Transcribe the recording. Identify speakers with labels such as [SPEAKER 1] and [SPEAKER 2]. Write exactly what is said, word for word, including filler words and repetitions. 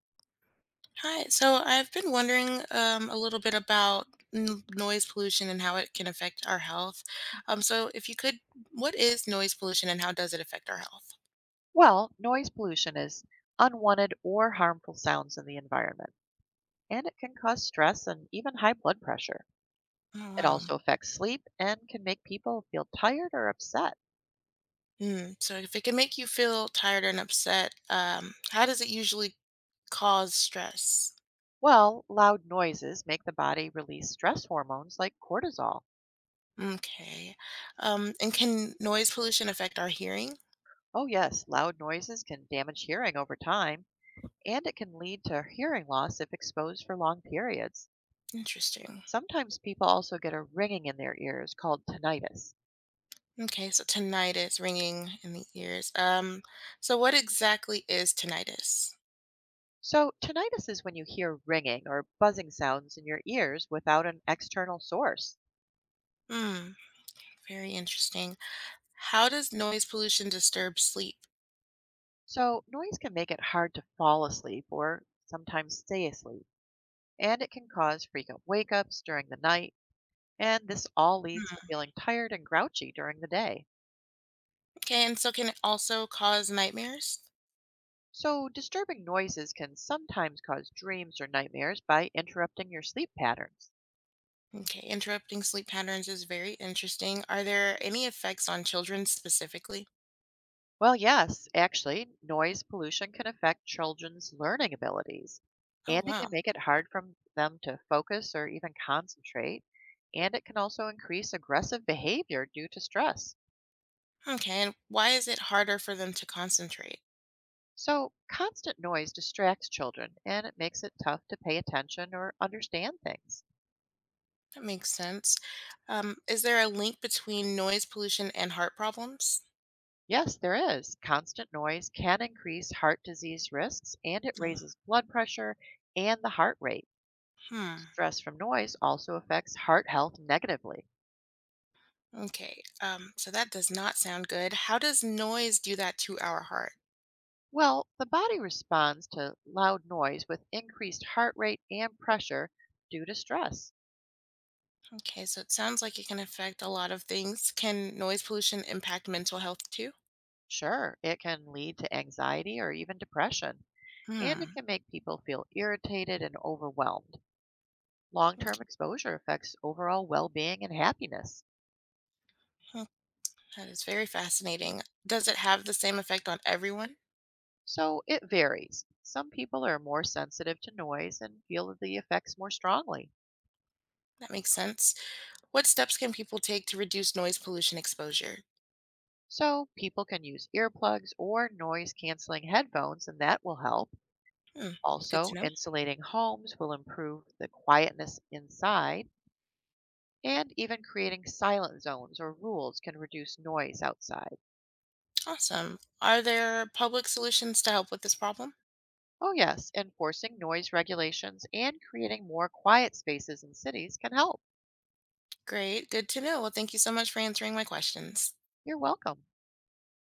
[SPEAKER 1] Hi. So I've been wondering um, a little bit about n- noise pollution and how it can affect our health. Um, so if you could, what is noise pollution and how does it affect our health?
[SPEAKER 2] Well, noise pollution is unwanted or harmful sounds in the environment, and it can cause stress and even high blood pressure.
[SPEAKER 1] Oh,
[SPEAKER 2] It
[SPEAKER 1] wow.
[SPEAKER 2] also affects sleep and can make people feel tired or upset.
[SPEAKER 1] Mm. So if it can make you feel tired and upset, um, how does it usually cause stress?
[SPEAKER 2] Well, loud noises make the body release stress hormones like cortisol.
[SPEAKER 1] Okay. Um, and can noise pollution affect our hearing?
[SPEAKER 2] Oh, yes, loud noises can damage hearing over time, and it can lead to hearing loss if exposed for long periods.
[SPEAKER 1] Interesting.
[SPEAKER 2] Sometimes people also get a ringing in their ears called tinnitus.
[SPEAKER 1] Okay, so tinnitus, ringing in the ears. Um, so what exactly is tinnitus?
[SPEAKER 2] So, tinnitus is when you hear ringing or buzzing sounds in your ears without an external source.
[SPEAKER 1] Hmm, very interesting. How does noise pollution disturb sleep?
[SPEAKER 2] So, noise can make it hard to fall asleep or sometimes stay asleep, and it can cause frequent wake ups during the night, and this all leads to
[SPEAKER 1] Hmm.
[SPEAKER 2] feeling tired and grouchy during the day.
[SPEAKER 1] Okay, and so can it also cause nightmares?
[SPEAKER 2] So, disturbing noises can sometimes cause dreams or nightmares by interrupting your sleep patterns.
[SPEAKER 1] Okay, interrupting sleep patterns is very interesting. Are there any effects on children specifically?
[SPEAKER 2] Well, yes, actually, noise pollution can affect children's learning abilities,
[SPEAKER 1] Oh,
[SPEAKER 2] and it can
[SPEAKER 1] wow.
[SPEAKER 2] make it hard for them to focus or even concentrate, and it can also increase aggressive behavior due to stress.
[SPEAKER 1] Okay, and why is it harder for them to concentrate?
[SPEAKER 2] So, constant noise distracts children and it makes it tough to pay attention or understand things.
[SPEAKER 1] That makes sense. Um, is there a link between noise pollution and heart problems?
[SPEAKER 2] Yes, there is. Constant noise can increase heart disease risks and it
[SPEAKER 1] Um,
[SPEAKER 2] raises blood pressure and the heart rate.
[SPEAKER 1] hmm.
[SPEAKER 2] Stress from noise also affects heart health negatively.
[SPEAKER 1] Okay, um, so that does not sound good. How does noise do that to our heart?
[SPEAKER 2] Well, the body responds to loud noise with increased heart rate and pressure due to stress.
[SPEAKER 1] Okay, so it sounds like it can affect a lot of things. Can noise pollution impact mental health too?
[SPEAKER 2] Sure, it can lead to anxiety or even depression, and it
[SPEAKER 1] Hmm.
[SPEAKER 2] can make people feel irritated and overwhelmed. Long term exposure affects overall well being and happiness.
[SPEAKER 1] Okay, that is very fascinating. Does it have the same effect on everyone?
[SPEAKER 2] So it varies. Some people are more sensitive to noise and feel the effects more strongly.
[SPEAKER 1] That makes sense. What steps can people take to reduce noise pollution exposure?
[SPEAKER 2] So people can use earplugs or noise canceling headphones, and that will help.
[SPEAKER 1] Hmm. Good
[SPEAKER 2] Also,
[SPEAKER 1] to know.
[SPEAKER 2] insulating homes will improve the quietness inside, and even creating silent zones or rules can reduce noise outside.
[SPEAKER 1] Awesome. Are there public solutions to help with this problem?
[SPEAKER 2] Oh, yes, enforcing noise regulations and creating more quiet spaces in cities can help.
[SPEAKER 1] Great. Good to know. Well, thank you so much for answering my questions.
[SPEAKER 2] You're welcome.